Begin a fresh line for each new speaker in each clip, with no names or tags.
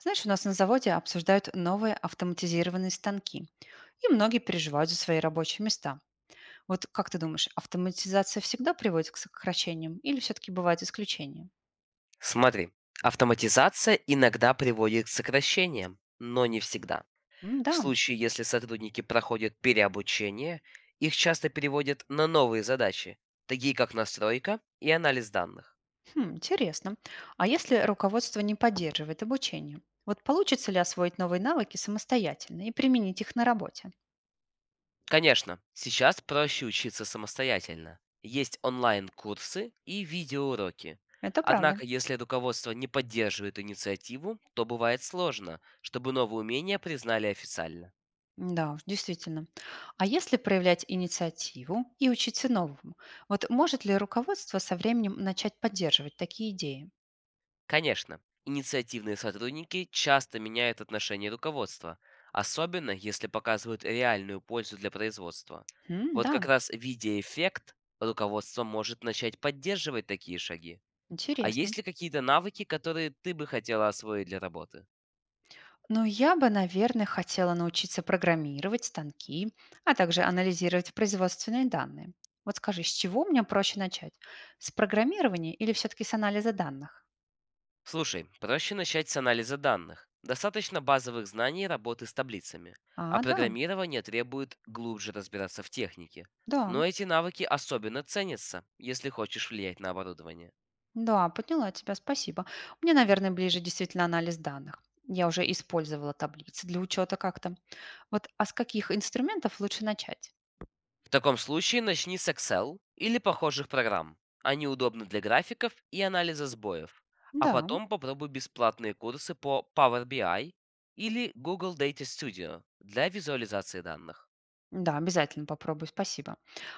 Знаешь, у нас на заводе обсуждают новые автоматизированные станки, и многие переживают за свои рабочие места. Вот как ты думаешь, автоматизация всегда приводит к сокращениям или все-таки бывают исключения?
Смотри, автоматизация иногда приводит к сокращениям, но не всегда. В
Да.
случае, если сотрудники проходят переобучение, их часто переводят на новые задачи, такие как настройка и анализ данных.
Хм, интересно. А если руководство не поддерживает обучение? Вот получится ли освоить новые навыки самостоятельно и применить их на работе?
Конечно, сейчас проще учиться самостоятельно. Есть онлайн-курсы и видеоуроки.
Это правда.
Однако, если руководство не поддерживает инициативу, то бывает сложно, чтобы новые умения признали официально.
Да, уж, действительно. А если проявлять инициативу и учиться новому, вот может ли руководство со временем начать поддерживать такие идеи?
Конечно, инициативные сотрудники часто меняют отношение руководства, особенно если показывают реальную пользу для производства. Вот
Да,
как раз видя эффект, руководство может начать поддерживать такие шаги. А
интересно.
есть ли какие-то навыки, которые ты бы хотела освоить для работы?
Но я бы, наверное, хотела научиться программировать станки, а также анализировать производственные данные. Вот скажи, с чего мне проще начать? С программирования или все-таки с анализа данных?
Слушай, проще начать с анализа данных. Достаточно базовых знаний работы с таблицами. А
А, да,
программирование требует глубже разбираться в технике.
да,
Но эти навыки особенно ценятся, если хочешь влиять на оборудование.
да, подняла тебя, спасибо. Мне, наверное, ближе действительно анализ данных. Я уже использовала таблицы для учета как-то. Вот, а с каких инструментов лучше начать?
В таком случае начни с Excel или похожих программ. Они удобны для графиков и анализа сбоев. А
Да.
потом попробуй бесплатные курсы по Power BI или Google Data Studio для визуализации данных.
Да, обязательно попробую, спасибо.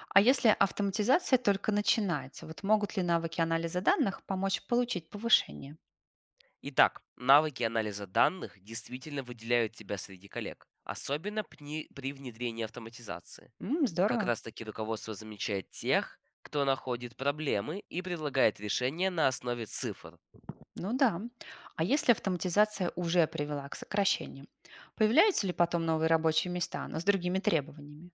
А если автоматизация только начинается, вот могут ли навыки анализа данных помочь получить повышение?
Итак, навыки анализа данных действительно выделяют тебя среди коллег, особенно при внедрении автоматизации. Как
Здорово.
раз таки руководство замечает тех, кто находит проблемы и предлагает решения на основе цифр.
Ну да. А если автоматизация уже привела к сокращению, появляются ли потом новые рабочие места, но с другими требованиями?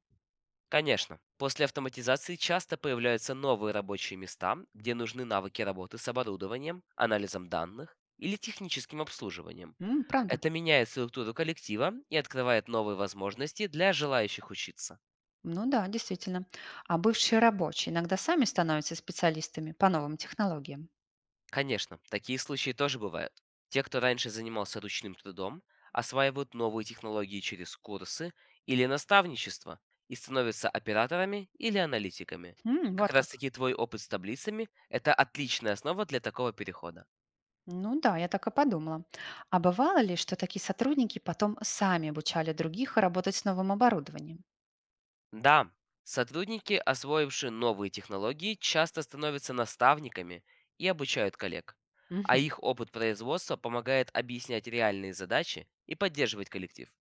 Конечно, после автоматизации часто появляются новые рабочие места, где нужны навыки работы с оборудованием, анализом данных или техническим обслуживанием.
Правда?
Это меняет структуру коллектива и открывает новые возможности для желающих учиться.
Ну да, действительно. А бывшие рабочие иногда сами становятся специалистами по новым технологиям.
Конечно, такие случаи тоже бывают. Те, кто раньше занимался ручным трудом, осваивают новые технологии через курсы или наставничество и становятся операторами или аналитиками. Как
Вот
раз
как.
таки твой опыт с таблицами — это отличная основа для такого перехода.
Ну да, я так и подумала. А бывало ли, что такие сотрудники потом сами обучали других работать с новым оборудованием?
Да, сотрудники, освоившие новые технологии, часто становятся наставниками и обучают коллег. А
Мгм.
их опыт производства помогает объяснять реальные задачи и поддерживать коллектив.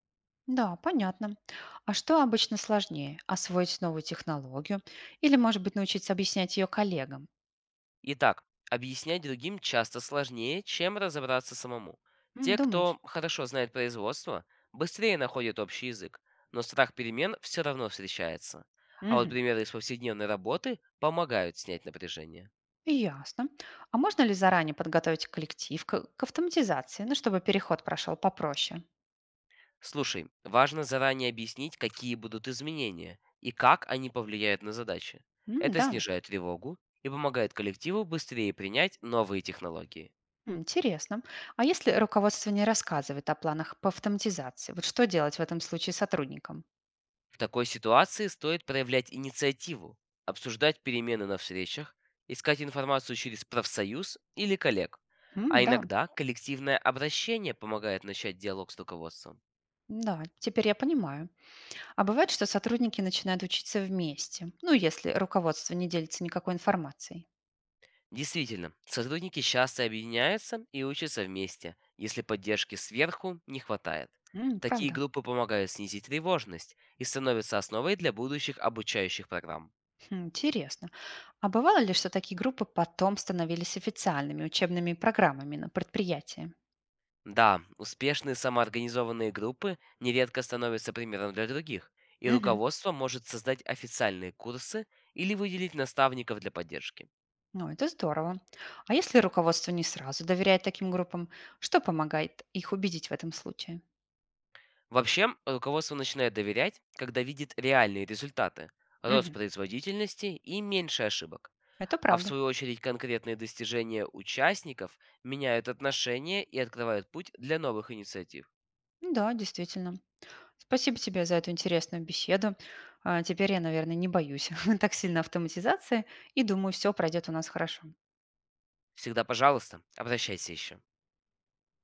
Да, понятно. А что обычно сложнее? Освоить новую технологию или, может быть, научиться объяснять ее коллегам?
Итак, объяснять другим часто сложнее, чем разобраться самому. Те, кто
Думаешь?
хорошо знает производство, быстрее находят общий язык, но страх перемен все равно встречается. А вот
Мгм.
примеры из повседневной работы помогают снять напряжение.
Ясно. А можно ли заранее подготовить коллектив к автоматизации, ну, чтобы переход прошел попроще?
Слушай, важно заранее объяснить, какие будут изменения и как они повлияют на задачи. Это
Да.
снижает тревогу и помогает коллективу быстрее принять новые технологии.
Интересно. А если руководство не рассказывает о планах по автоматизации, вот что делать в этом случае сотрудникам?
В такой ситуации стоит проявлять инициативу, обсуждать перемены на встречах, искать информацию через профсоюз или коллег. А
Да,
иногда коллективное обращение помогает начать диалог с руководством.
да, теперь я понимаю. А бывает, что сотрудники начинают учиться вместе, ну, если руководство не делится никакой информацией.
Действительно, сотрудники часто объединяются и учатся вместе, если поддержки сверху не хватает. Такие
Правда?
группы помогают снизить тревожность и становятся основой для будущих обучающих программ.
Хм, интересно. А бывало ли, что такие группы потом становились официальными учебными программами на предприятии?
Да, успешные самоорганизованные группы нередко становятся примером для других, и
Мгм.
руководство может создать официальные курсы или выделить наставников для поддержки.
Ну, это здорово. А если руководство не сразу доверяет таким группам, что помогает их убедить в этом случае?
Вообще, руководство начинает доверять, когда видит реальные результаты, рост
Мгм.
производительности и меньше ошибок.
Это
А в
правда.
свою очередь конкретные достижения участников меняют отношения и открывают путь для новых инициатив.
Да, действительно. Спасибо тебе за эту интересную беседу. А, теперь я, наверное, не боюсь так сильно автоматизации и думаю, все пройдет у нас хорошо.
Всегда, пожалуйста, обращайся еще.